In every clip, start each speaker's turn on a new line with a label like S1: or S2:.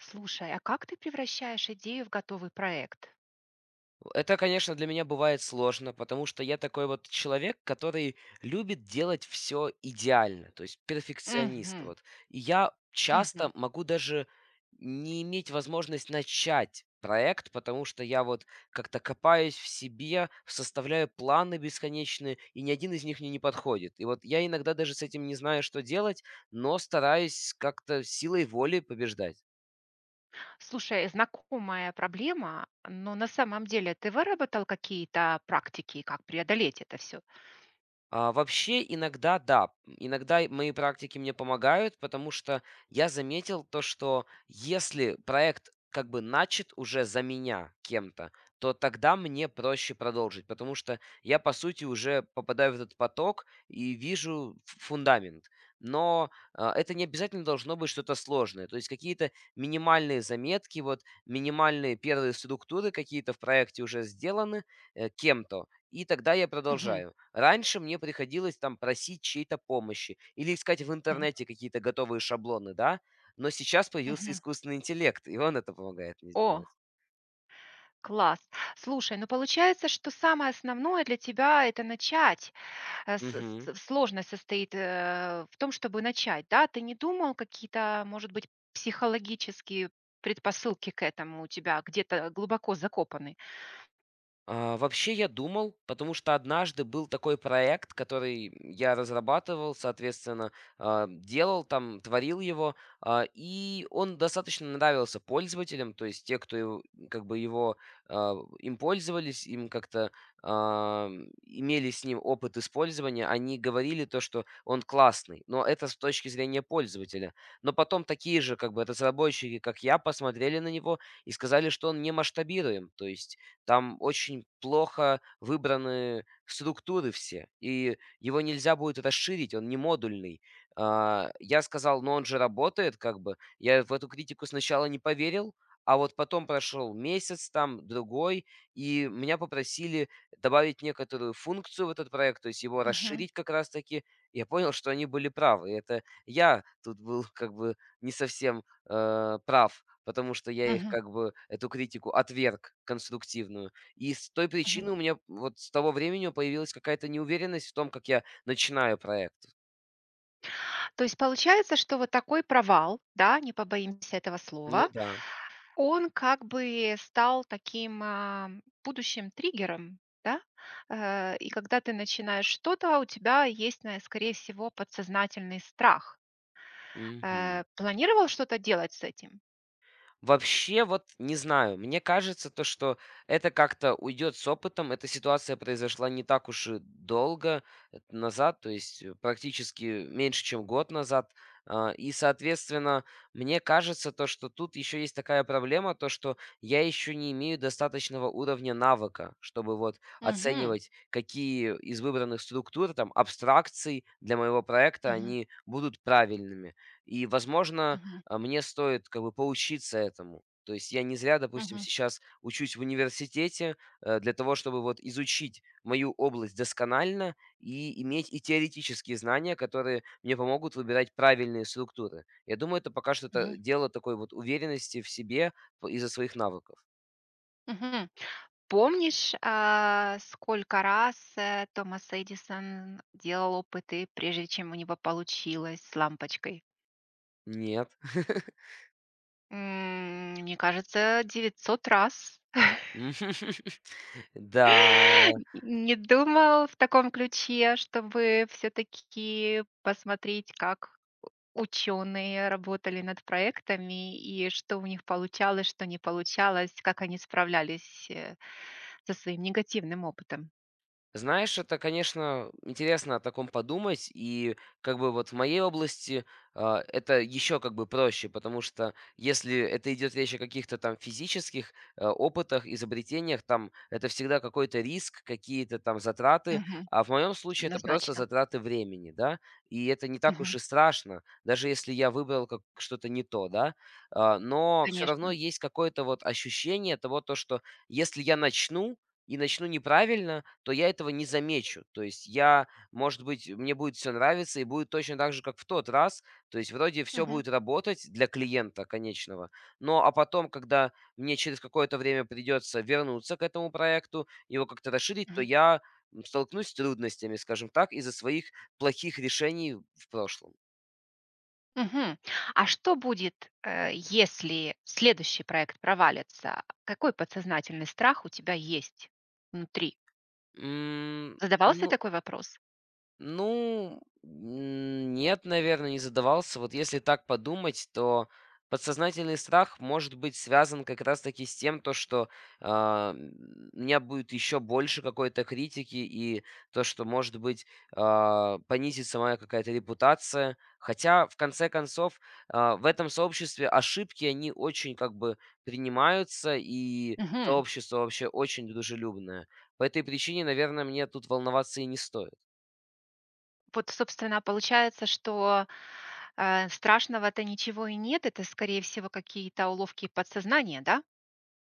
S1: Слушай, а как ты превращаешь идею в готовый проект?
S2: Это, конечно, для меня бывает сложно, потому что я такой вот человек, который любит делать все идеально, то есть перфекционист.
S1: Мгм,
S2: Вот. И я
S1: мгм.
S2: часто могу даже не иметь возможность начать проект, потому что я вот как-то копаюсь в себе, составляю планы бесконечные, и ни один из них мне не подходит. И вот я иногда даже с этим не знаю, что делать, но стараюсь как-то силой воли побеждать.
S1: Слушай, знакомая проблема, но на самом деле ты выработал какие-то практики, как преодолеть это все?
S2: Вообще, иногда да. Иногда и мои практики мне помогают, потому что я заметил то, что если проект как бы начат уже за меня кем-то, то тогда мне проще продолжить, потому что я, по сути, уже попадаю в этот поток и вижу фундамент. Но это не обязательно должно быть что-то сложное. То есть какие-то минимальные заметки, вот минимальные первые структуры какие-то в проекте уже сделаны кем-то, и тогда я
S1: Мгм,
S2: продолжаю. Раньше мне приходилось там просить чьей-то помощи или искать в
S1: мгм,
S2: интернете какие-то готовые шаблоны, да? Но сейчас появился
S1: мгм.
S2: искусственный интеллект, и он это помогает мне
S1: О,
S2: сделать.
S1: класс. Слушай, ну получается, что самое основное для тебя это начать. Э, с-
S2: Мгм.
S1: Сложность состоит в том, чтобы начать, да? Ты не думал какие-то, может быть, психологические предпосылки к этому у тебя где-то глубоко закопаны?
S2: Вообще я думал, потому что однажды был такой проект, который я разрабатывал, соответственно, делал там, творил его, и он достаточно нравился пользователям, то есть те, кто как бы его им пользовались, им как-то а, имели с ним опыт использования, они говорили то, что он классный, но это с точки зрения пользователя. Но потом такие же как бы разработчики, как я, посмотрели на него и сказали, что он не масштабируем, то есть там очень плохо выбраны структуры все, и его нельзя будет расширить, он не модульный. Я сказал: "Но он же работает как бы". Я в эту критику сначала не поверил, а вот потом прошел месяц там, другой, и меня попросили добавить некоторую функцию в этот проект, то есть его расширить как раз таки. Я понял, что они были правы. Это я тут был как бы не совсем прав, потому что я их
S1: Мгм,
S2: как бы эту критику отверг конструктивную. И с той причины
S1: мгм.
S2: у меня вот с того времени появилась какая-то неуверенность в том, как я начинаю проект.
S1: То есть получается, что вот такой провал, да, не побоимся этого
S2: Ну
S1: слова,
S2: да.
S1: он как бы стал таким, будущим триггером, да? И когда ты начинаешь что-то, у тебя есть, на скорее всего, подсознательный страх.
S2: Мгм.
S1: Э, планировал что-то делать с этим?
S2: Вообще, вот не знаю, мне кажется, то, что это как-то уйдет с опытом. Эта ситуация произошла не так уж и долго назад, то есть практически меньше, чем год назад. И, соответственно, мне кажется, то, что тут еще есть такая проблема, то, что я еще не имею достаточного уровня навыка, чтобы вот
S1: Мгм,
S2: оценивать, какие из выбранных структур, там, абстракций для моего проекта
S1: мгм,
S2: они будут правильными. И, возможно,
S1: мгм,
S2: мне стоит как бы поучиться этому. То есть я не зря, допустим,
S1: мгм,
S2: сейчас учусь в университете для того, чтобы вот изучить мою область досконально и иметь и теоретические знания, которые мне помогут выбирать правильные структуры. Я думаю, это пока что это
S1: мгм,
S2: дело такой вот уверенности в себе из-за своих навыков.
S1: мгм. Помнишь, сколько раз, Томас Эдисон делал опыты, прежде чем у него получилось с лампочкой?
S2: Нет.
S1: М, мне кажется, 900 раз.
S2: Да.
S1: Не думал в таком ключе, чтобы все-таки посмотреть, как ученые работали над проектами и что у них получалось, что не получалось, как они справлялись, со своим негативным опытом.
S2: Знаешь, это, конечно, интересно о таком подумать, и как бы вот в моей области это еще как бы проще, потому что если это идет речь о каких-то там физических опытах, изобретениях, там это всегда какой-то риск, какие-то там затраты,
S1: Мгм.
S2: а в моем случае это просто
S1: Однозначно.
S2: затраты времени, да, и это не так уж
S1: Мгм.
S2: и страшно, даже если я выбрал как что-то не то, да. Но все
S1: Конечно.
S2: равно есть какое-то вот ощущение того, то, что если я начну, и начну неправильно, то я этого не замечу. То есть я, может быть, мне будет все нравиться и будет точно так же, как в тот раз. То есть вроде все
S1: Мгм,
S2: будет работать для клиента конечного. Но потом, когда мне через какое-то время придется вернуться к этому проекту, его как-то расширить, то
S1: мгм,
S2: я столкнусь с трудностями, скажем так, из-за своих плохих решений в прошлом.
S1: мгм. А что будет, если следующий проект провалится? Какой подсознательный страх у тебя есть внутри?
S2: М,
S1: Задавался ты
S2: ну,
S1: такой вопрос?
S2: Ну, нет, наверное, не задавался. Вот если так подумать, то подсознательный страх может быть связан как раз-таки с тем, то, что у меня будет еще больше какой-то критики и то, что, может быть, понизится моя какая-то репутация. Хотя, в конце концов, в этом сообществе ошибки, они очень как бы принимаются, и
S1: Мгм.
S2: сообщество вообще очень дружелюбное. По этой причине, наверное, мне тут волноваться и не стоит.
S1: Вот, собственно, получается, что страшного-то ничего и нет, это, скорее всего, какие-то уловки подсознания, да?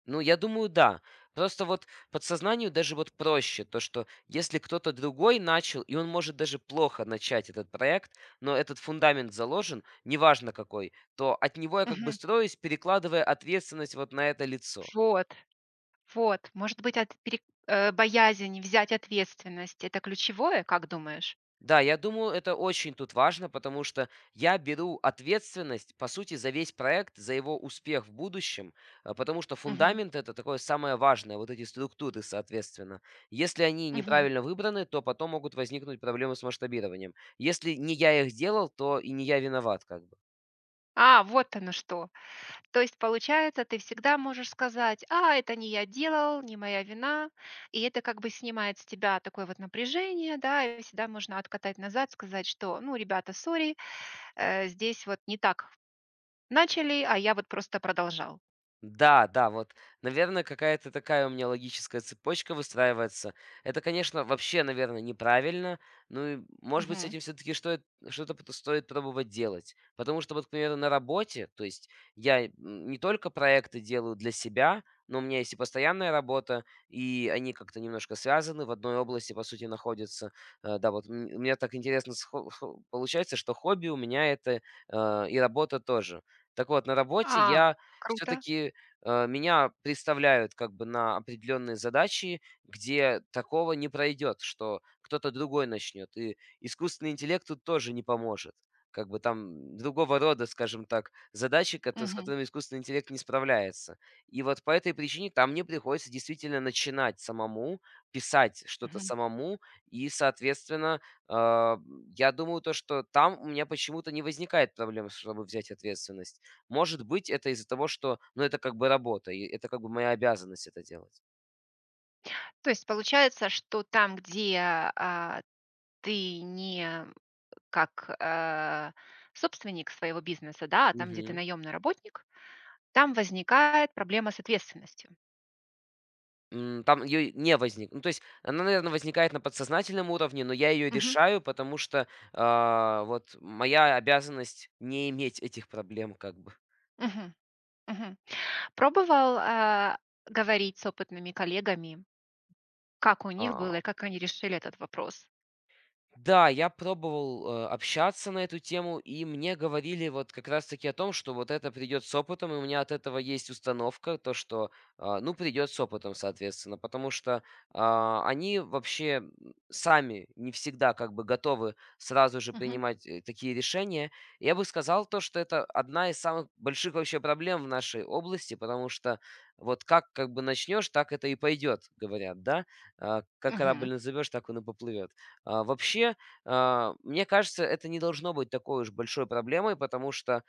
S2: Ну, я думаю, да. Просто вот подсознанию даже вот проще то, что если кто-то другой начал, и он может даже плохо начать этот проект, но этот фундамент заложен, неважно какой, то от него я как бы
S1: Мгм.
S2: строюсь, перекладывая ответственность вот на это лицо.
S1: Вот, вот. Может быть, боязнь взять ответственность– это ключевое, как думаешь?
S2: Да, я думаю, это очень тут важно, потому что я беру ответственность, по сути, за весь проект, за его успех в будущем, потому что
S1: Мгм,
S2: фундамент это такое самое важное, вот эти структуры, соответственно. Если они
S1: мгм.
S2: неправильно выбраны, то потом могут возникнуть проблемы с масштабированием. Если не я их делал, то и не я виноват, как бы.
S1: А, вот оно что. То есть, получается, ты всегда можешь сказать: "А, это не я делал, не моя вина". И это как бы снимает с тебя такое вот напряжение, да, и всегда можно откатать назад, сказать, что: "Ну, ребята, сори, здесь вот не так начали, а я вот просто продолжал".
S2: Да, да, вот, наверное, какая-то такая у меня логическая цепочка выстраивается. Это, конечно, вообще, наверное, неправильно. Ну и, может быть, с
S1: Мгм.
S2: этим все-таки что-то стоит пробовать делать. Потому что, вот, к примеру, на работе, то есть я не только проекты делаю для себя, но у меня есть и постоянная работа, и они как-то немножко связаны, в одной области, по сути, находятся. Да, вот у меня так интересно получается, что хобби у меня это и работа тоже. Так вот, на работе
S1: А,
S2: я
S1: круто.
S2: все-таки меня представляют как бы на определенные задачи, где такого не пройдет, что кто-то другой начнет. И искусственный интеллект тут тоже не поможет. Как бы там другого рода, скажем так, задачи, с
S1: Мгм.
S2: которыми искусственный интеллект не справляется. И вот по этой причине там мне приходится действительно начинать самому, писать что-то
S1: Мгм.
S2: самому, и, соответственно, а, я думаю, то, что там у меня почему-то не возникает проблем, чтобы взять ответственность. Может быть, это из-за того, что, ну, это как бы работа, и это как бы моя обязанность это делать.
S1: То есть получается, что там, где, а, ты не как, э, собственник своего бизнеса, да, а там, где ты
S2: Мгм.
S1: наемный работник, там возникает проблема с ответственностью.
S2: Там ее не возник ну, то есть она, наверное, возникает на подсознательном уровне, но я ее
S1: Мгм,
S2: решаю, потому что, вот моя обязанность не иметь этих проблем как бы.
S1: мгм, мгм. Пробовал, говорить с опытными коллегами, как у них
S2: А.
S1: было и как они решили этот вопрос?
S2: Да, я пробовал, общаться на эту тему, и мне говорили вот как раз таки о том, что вот это придет с опытом, и у меня от этого есть установка, то что, ну, придет с опытом, соответственно. Потому что, они вообще, сами не всегда как бы готовы сразу же
S1: Мгм,
S2: принимать, такие решения. Я бы сказал то, что это одна из самых больших вообще проблем в нашей области, потому что вот как бы начнешь, так это и пойдет, говорят, да? Как
S1: мгм,
S2: корабль назовешь, так он и поплывет. Вообще, мне кажется, это не должно быть такой уж большой проблемой, потому что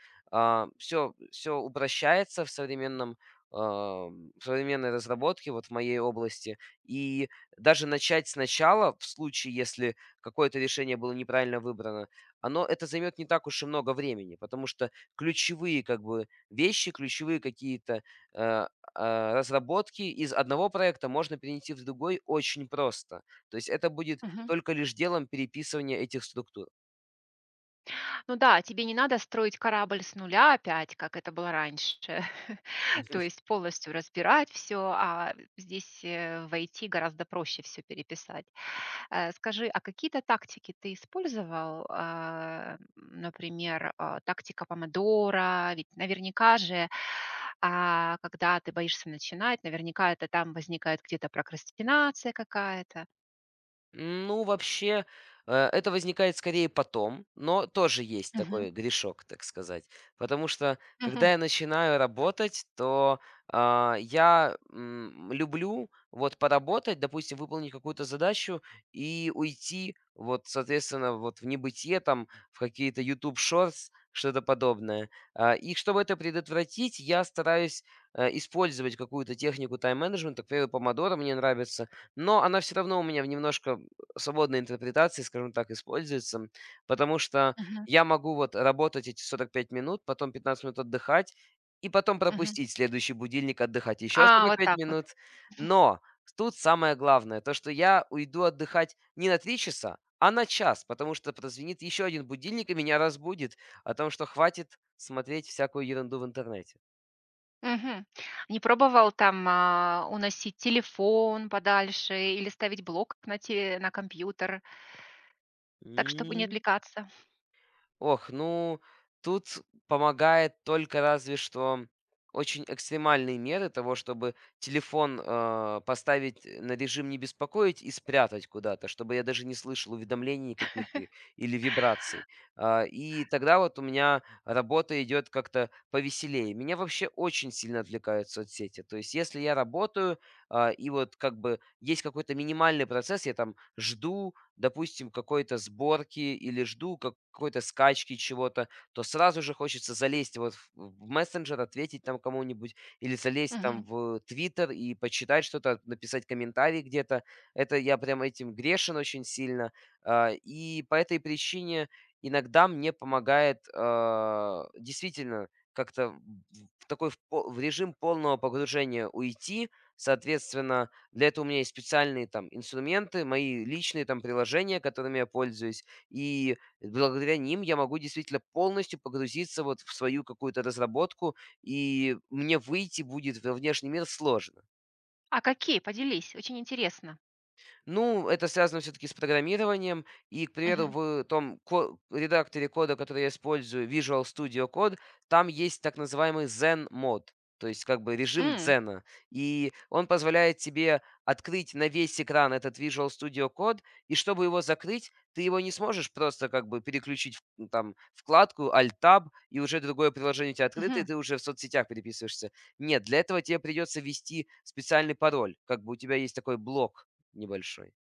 S2: все упрощается в современном в современной разработке, вот в моей области. И даже начать сначала, в случае, если какое-то решение было неправильно выбрано, оно это займет не так уж и много времени, потому что ключевые как бы вещи, ключевые какие-то э, разработки из одного проекта можно перенести в другой очень просто. То есть это будет
S1: мгм.
S2: только лишь делом переписывания этих структур.
S1: Ну да, тебе не надо строить корабль с нуля опять, как это было раньше, то есть полностью разбирать все, а здесь в IT гораздо проще все переписать. Э, скажи, а какие-то тактики ты использовал, например, тактика помодора, ведь наверняка же, когда ты боишься начинать, наверняка это там возникает где-то прокрастинация какая-то.
S2: Ну, вообще, это возникает скорее потом, но тоже есть
S1: Мгм.
S2: такой грешок, так сказать. Потому что,
S1: Мгм.
S2: когда я начинаю работать, то я люблю вот поработать, допустим, выполнить какую-то задачу и уйти, вот, соответственно, вот в небытие, там, в какие-то YouTube Shorts, что-то подобное. И чтобы это предотвратить, я стараюсь использовать какую-то технику тайм-менеджмента, к примеру, помодоро мне нравится, но она все равно у меня в немножко свободной интерпретации, скажем так, используется, потому что
S1: Мгм.
S2: я могу вот работать эти 45 минут, потом 15 минут отдыхать и потом
S1: Мгм.
S2: пропустить следующий будильник, отдыхать еще
S1: А, вот
S2: 45
S1: так вот.
S2: минут. Но тут самое главное, то, что я уйду отдыхать не на 3 часа, а на час, потому что прозвенит еще один будильник и меня разбудит о том, что хватит смотреть всякую ерунду в интернете.
S1: Мгм. Не пробовал там, уносить телефон подальше или ставить блок на те на компьютер, так, чтобы не
S2: М.
S1: отвлекаться?
S2: Ох, ну, тут помогает только разве что очень экстремальные меры того, чтобы телефон поставить на режим не беспокоить и спрятать куда-то, чтобы я даже не слышал уведомлений никаких или вибраций. И тогда вот у меня работа идет как-то повеселее. Меня вообще очень сильно отвлекают соцсети. То есть если я работаю, и вот как бы есть какой-то минимальный процесс, я там жду, допустим, какой-то сборки или жду как какой-то скачки чего-то, то сразу же хочется залезть вот в мессенджер, ответить там кому-нибудь или залезть там
S1: Мгм.
S2: в "Твиттер" и почитать что-то, написать комментарий где-то. Это я прям этим грешен очень сильно. И по этой причине иногда мне помогает, действительно как-то в такой в по в режим полного погружения уйти. Соответственно для этого у меня есть специальные там инструменты, мои личные там приложения, которыми я пользуюсь. И благодаря ним я могу действительно полностью погрузиться вот в свою какую-то разработку, и мне выйти будет во внешний мир сложно.
S1: А какие? Поделись, очень интересно.
S2: Ну, это связано все-таки с программированием. И, к примеру,
S1: Мгм.
S2: в том редакторе кода, который я использую, Visual Studio Code, там есть так называемый Zen мод, то есть как бы режим
S1: М,
S2: дзена. И он позволяет тебе открыть на весь экран этот Visual Studio Code, и чтобы его закрыть, ты его не сможешь просто как бы переключить в, там вкладку Alt-Tab, и уже другое приложение у тебя открыто, и
S1: мгм.
S2: ты уже в соцсетях переписываешься. Нет, для этого тебе придется ввести специальный пароль. Как бы у тебя есть такой блок небольшой.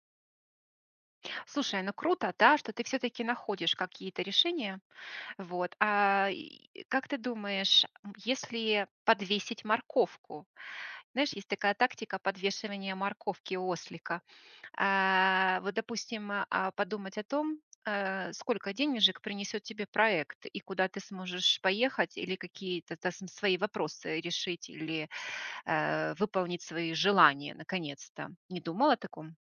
S1: Слушай, ну круто, да, что ты все таки находишь какие-то решения. Вот, и как ты думаешь, если подвесить морковку? Знаешь, есть такая тактика подвешивания морковки у ослика. А, вот, допустим, подумать о том, сколько денежек принесет тебе проект и куда ты сможешь поехать или какие-то свои вопросы решить или выполнить свои желания наконец-то. Не думала о таком?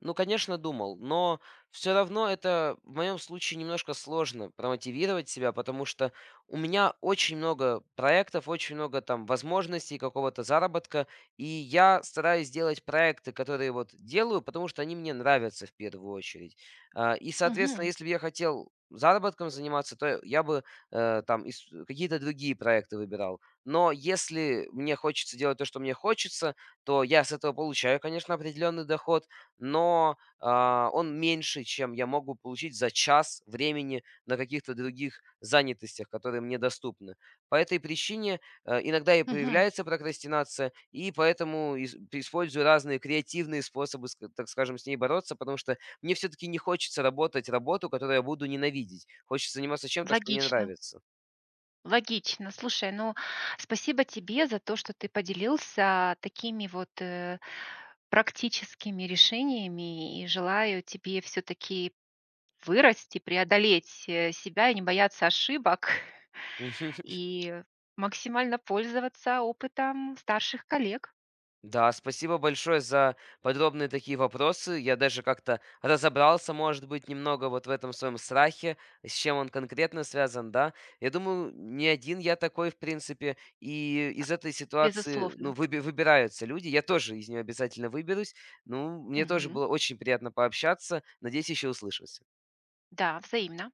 S2: Ну, конечно, думал, но все равно это в моем случае немножко сложно промотивировать себя, потому что у меня очень много проектов, очень много там возможностей какого-то заработка, и я стараюсь делать проекты, которые вот делаю, потому что они мне нравятся в первую очередь. И, соответственно,
S1: Мгм.
S2: если бы я хотел заработком заниматься, то я бы там какие-то другие проекты выбирал. Но если мне хочется делать то, что мне хочется, то я с этого получаю, конечно, определенный доход, но, он меньше, чем я могу получить за час времени на каких-то других занятостях, которые мне доступны. По этой причине, иногда и
S1: Мгм.
S2: появляется прокрастинация, и поэтому ис использую разные креативные способы, ск так скажем, с ней бороться, потому что мне все таки не хочется работать работу, которую я буду ненавидеть. Хочется заниматься чем-то, что мне
S1: Логично.
S2: нравится.
S1: Логично. Слушай, ну, спасибо тебе за то, что ты поделился такими вот, практическими решениями. И желаю тебе все-таки вырасти, преодолеть, себя и не бояться ошибок, и максимально пользоваться опытом старших коллег,
S2: Да, спасибо большое за подробные такие вопросы. Я даже как-то разобрался, может быть, немного вот в этом своем страхе, с чем он конкретно связан, да. Я думаю, не один я такой, в принципе, и из этой ситуации, ну,
S1: безусловно.
S2: выбираются люди. Я тоже из нее обязательно выберусь. Ну, мне тоже
S1: Мгм.
S2: было очень приятно пообщаться. Надеюсь, еще услышимся.
S1: Да, взаимно.